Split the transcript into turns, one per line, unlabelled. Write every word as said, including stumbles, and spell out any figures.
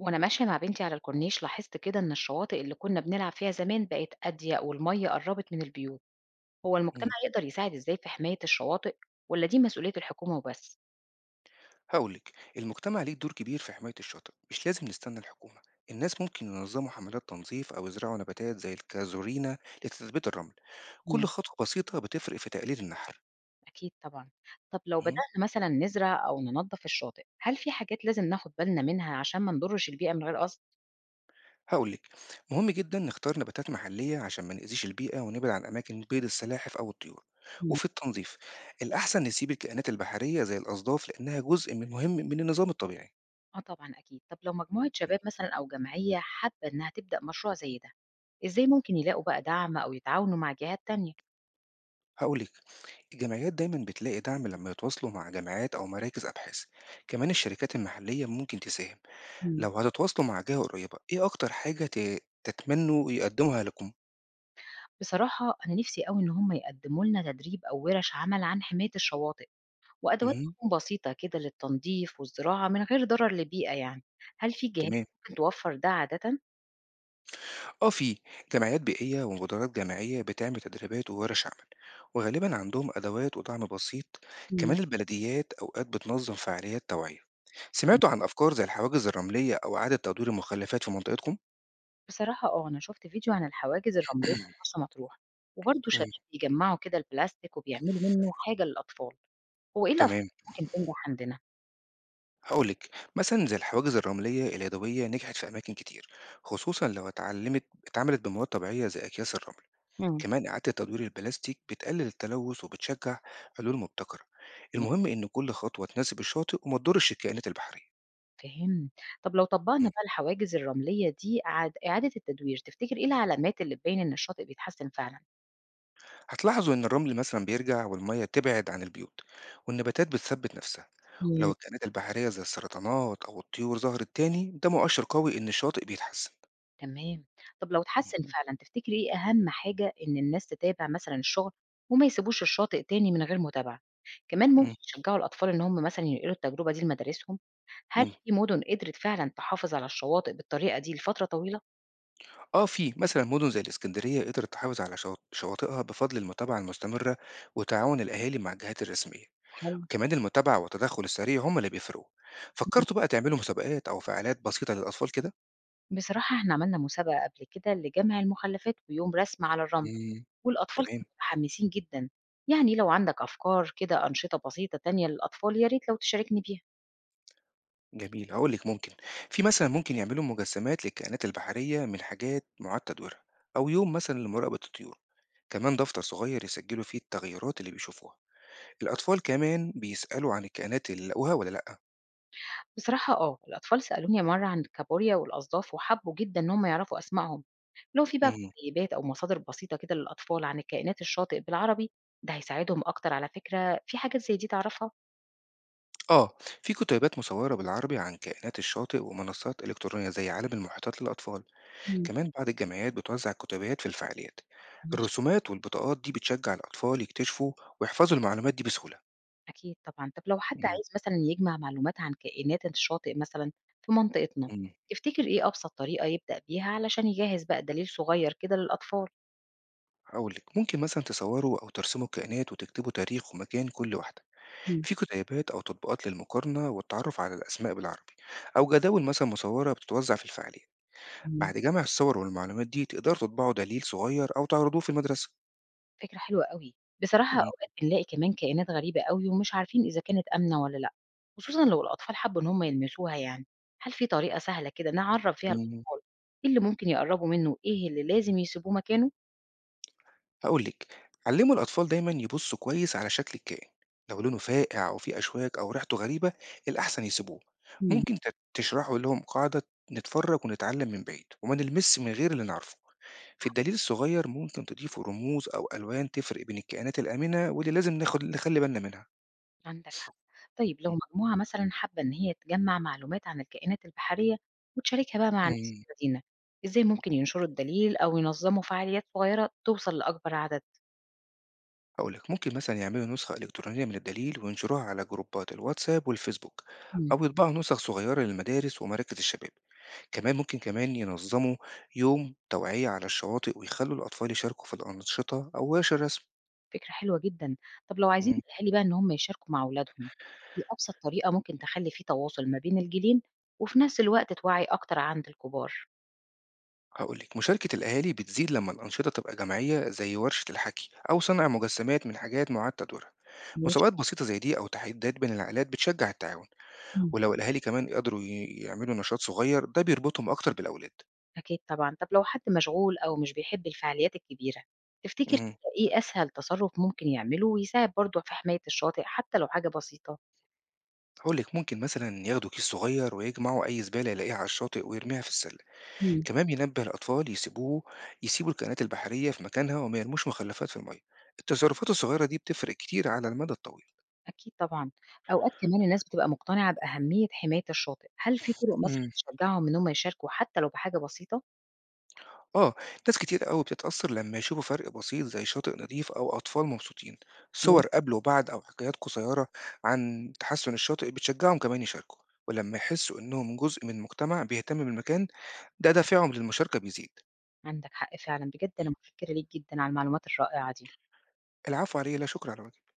وأنا ماشية مع بنتي على الكورنيش لاحظت كده إن الشواطئ اللي كنا بنلعب فيها زمان بقت أضيق والمية قربت من البيوت، هو
مم.
المجتمع يقدر يساعد إزاي في حماية الشواطئ ولا دي مسؤولية الحكومة وبس؟
هقولك. المجتمع ليه دور كبير في حماية الشاطئ، مش لازم نستنى الحكومة. الناس ممكن ينظموا حملات تنظيف أو يزرعوا نباتات زي الكازورينا لتثبيت الرمل. كل
مم.
خطوة بسيطة بتفرق في تقليل النحر.
أكيد طبعا، طب لو
مم.
بدأنا مثلا نزرع أو ننظف الشاطئ، هل في حاجات لازم ناخد بالنا منها عشان ما نضرش البيئة من غير قصد؟
هقولك، مهم جدا نختار نباتات محلية عشان ما نأذيش البيئة، ونبعد عن أماكن بيض السلاحف أو الطيور.
مم.
وفي التنظيف، الأحسن نسيب الكائنات البحرية زي الأصداف، لأنها جزء من مهم من النظام الطبيعي.
آه طبعا أكيد، طب لو مجموعة شباب مثلا أو جمعية حابة إنها تبدأ مشروع زي ده، إزاي ممكن يلاقوا بقى دعم أو يتعاونوا مع جهات تانية؟
هقولك، الجمعيات دايما بتلاقي دعم لما يتواصلوا مع جامعات أو مراكز أبحاث. كمان الشركات المحلية ممكن تساهم. لو هتتواصلوا مع جهة قريبة، إيه أكتر حاجة ت- تتمنوا يقدمها لكم؟
بصراحة أنا نفسي أوي إن هم يقدموا لنا تدريب أو ورش عمل عن حماية الشواطئ وأدوات
مهم.
تكون بسيطة كده للتنظيف والزراعة من غير ضرر للبيئة يعني. هل في جهات
تمام.
ممكن توفر ده عادة؟
اه، في جمعيات بيئية ومبادرات جامعية بتعمل تدريبات وورش عمل، وغالبا عندهم أدوات ودعم بسيط.
مم.
كمان البلديات أوقات بتنظم فعاليات توعية. سمعتوا عن أفكار زي الحواجز الرملية أو إعادة تدوير المخلفات في منطقتكم؟
بصراحة اه أنا شفت فيديو عن الحواجز الرملية في مرسى مطروح وبرضه شباب
مم.
بيجمعوا كده البلاستيك وبيعملوا منه حاجة للأطفال. هو إيه الأفكار اللي
تمام.
ممكن تنجح عندنا؟
هاقول لِك، مثلًا زي الحواجز الرملية اليدوية نجحت في أماكن كتير، خصوصًا لو اتعلمت اتعملت بمواد طبيعية زي أكياس الرمل.
مم.
كمان إعادة تدوير البلاستيك بتقلل التلوث وبتشجع حلول مبتكرة. المهم إن كل خطوة تناسب الشاطئ وما تضرش الكائنات البحرية.
فهم. طب لو طبقنا
إمم،
بقى الحواجز الرملية دي عاد- إعادة التدوير تفتكر إيه العلامات اللي تبين إن الشاطئ بيتحسن فعلا؟
هتلاحظوا إن الرمل مثلًا بيرجع، والمَيّة تبعد عن البيوت، والنباتات بتثبت نفسها. ولو الكائنات البحرية زي السرطانات أو الطيور ظهرت تاني، ده مؤشر قوي إن الشاطئ بيتحسن.
تمام. طب لو اتحسن
اهم،
فعلًا تفتكري إيه أهم حاجة إن الناس تتابع مثلًا الشغل وما يسيبوش الشاطئ تاني من غير متابعة؟ كمان
إمم،
ممكن يشجعوا الأطفال إن هم مثلًا ينقلوا التجربة دي لمدارسهم؟ هل
إمم.
في مدن قدرت فعلًا تحافظ على الشواطئ بالطريقة دي لفترة طويلة؟
آه، في مثلا مدن زي الإسكندرية قدرت تحافظ على شوا- شواطئها بفضل المتابعة المستمرة وتعاون الأهالي مع الجهات الرسمية.
حلو.
كمان المتابعة والتدخل السريع هم اللي بيفرقوا.
إمم.
فكرتوا بقى تعملوا مسابقات أو فعاليات بسيطة للأطفال كده؟
بصراحة إحنا عملنا مسابقة قبل كده لجمع المخلفات ويوم رسم على الرمل،
مم.
والأطفال
تمام.
كانوا متحمسين جدًا. يعني لو عندك أفكار كده أنشطة بسيطة تانية للأطفال يا ريت لو تشاركني بيها.
جميل، هقول لك. ممكن، في مثلا، ممكن يعملوا مجسمات للكائنات البحرية من حاجات معاد تدويرها، أو يوم مثلا لمراقبة الطيور. كمان دفتر صغير يسجلوا فيه التغيرات اللي بيشوفوها. الأطفال كمان بيسألوا عن الكائنات اللي لقوها ولا لأ.
بصراحة آه، الأطفال سألوني مرّة عن الكابوريا والأصداف وحبّوا جدًا إن هم يعرفوا أسمائهم، لو في بقى
مم.
كتيبات أو مصادر بسيطة كده للأطفال عن الكائنات الشاطئ بالعربي، ده هيساعدهم أكتر على فكرة، في حاجات زي دي تعرفها؟
آه، في كتيبات مصورة بالعربي عن كائنات الشاطئ، ومنصات إلكترونية زي عالم المحيطات للأطفال.
إمم،
كمان بعض الجمعيات بتوزع كتيبات في الفعاليات.
ماشي.
الرسومات والبطاقات دي بتشجع الأطفال يكتشفوا ويحفظوا المعلومات دي بسهولة.
أكيد طبعًا، طب لو حد
مم.
عايز مثلًا يجمع معلومات عن كائنات الشاطئ مثلًا في منطقتنا،
مم.
تفتكر إيه أبسط طريقة يبدأ بيها علشان يجهّز بقى دليل صغير كده للأطفال؟
هقول لك، ممكن مثلا تصوروا أو ترسموا الكائنات وتكتبوا تاريخ ومكان كل واحدة.
إمم،
في كتيبات أو تطبيقات للمقارنة والتعرف على الأسماء بالعربي، أو جداول مثلا مصورة بتتوزع في الفعاليات.
إمم.
بعد جمع الصور والمعلومات دي، تقدروا تطبعوا دليل صغير أو تعرضوه في المدرسة.
فكرة حلوة أوي. بصراحة
مم.
أوقات بنلاقي كمان كائنات غريبة أوي ومش عارفين إذا كانت آمنة والّا لأ، خصوصًا لو الأطفال حبّوا إن هم يلمسوها يعني. هل في طريقة سهلة كده نعرّف فيها
مم.
الأطفال إيه اللي ممكن يقرّبوا منه وإيه اللي لازم يسيبوه مكانه؟
هقول لك، علموا الأطفال دايما يبصوا كويس على شكل الكائن. لو لونه فاقع أو فيه أشواك أو ريحته غريبة، الأحسن يسيبوه.
إمم،
ممكن ت- تشرحوا لهم قاعدة: نتفرج ونتعلم من بعيد، وما نلمس من غير اللي نعرفه. في الدليل الصغير، ممكن تضيفوا رموز أو ألوان تفرق بين الكائنات الآمنة واللي لازم ناخد نخلي بالنا منها.
عندك حق. طيب لو مجموعة مثلًا حابة إن هي تجمّع معلومات عن الكائنات البحرية وتشاركها بقى مع ناس
مم.
في المدينة، إزاي ممكن ينشروا الدليل أو ينظموا فعاليات صغيرة توصل لأكبر عدد؟
هقول لك، ممكن مثلا يعملوا نسخة إلكترونية من الدليل وينشروها على جروبات الواتساب والفيسبوك،
إمم.
أو يطبعوا نسخ صغيرة للمدارس ومراكز الشباب. كمان ممكن كمان ينظموا يوم توعية على الشواطئ، ويخلوا الأطفال يشاركوا في الأنشطة أو ورش الرسم.
فكرة حلوة جدًا. طب لو عايزين
مم.
الأهالي بقى إن هم يشاركوا مع أولادهم، إيه أبسط طريقة ممكن تخلّي في تواصل ما بين الجيلين، وفي نفس الوقت توعي أكتر عند الكبار؟
هقولك، مشاركة الأهالي بتزيد لما الأنشطة تبقى جماعية، زي ورشة الحكي أو صنع مجسمات من حاجات معاد تدويرها.
ماشي.
مسابقات بسيطة زي دي أو تحديات بين العائلات بتشجع التعاون.
إمم.
ولو الأهالي كمان يقدروا ي- يعملوا نشاط صغير، ده بيربطهم أكتر بالأولاد.
أكيد طبعًا. طب لو حد مشغول أو مش بيحب الفعاليات الكبيرة، تفتكر
مم.
كده إيه أسهل تصرُّف ممكن يعمله ويساعد برضه في حماية الشاطئ حتى لو حاجة بسيطة؟
هقولك، ممكن مثلا ياخدوا كيس صغير ويجمعوا أي زبالة يلاقيها على الشاطئ ويرميها في السلة.
إمم.
كمان بينبه الأطفال يسيبوه يسيبوا الكائنات البحرية في مكانها، وما يرموش مخلفات في المية. التصرفات الصغيرة دي بتفرق كتير على المدى الطويل.
أكيد طبعًا. أوقات كمان الناس بتبقى مقتنعة بأهمية حماية الشاطئ، هل في طرق مثلًا
امم،
تشجّعهم إن هم يشاركوا حتى لو بحاجة بسيطة؟
آه، ناس كتير قوي بتتأثر لما يشوفوا فرق بسيط زي شاطئ نظيف أو أطفال مبسوطين. صور قبل وبعد أو حكايات قصيرة عن تحسن الشاطئ بتشجعهم كمان يشاركوا. ولما يحسوا إنهم جزء من مجتمع بيهتم بالمكان، ده دافعهم للمشاركة بيزيد.
عندك حق فعلًا، بجد أنا متشكرة ليك جدًا على المعلومات الرائعة دي.
العفو عليه، لا شكر على واجب.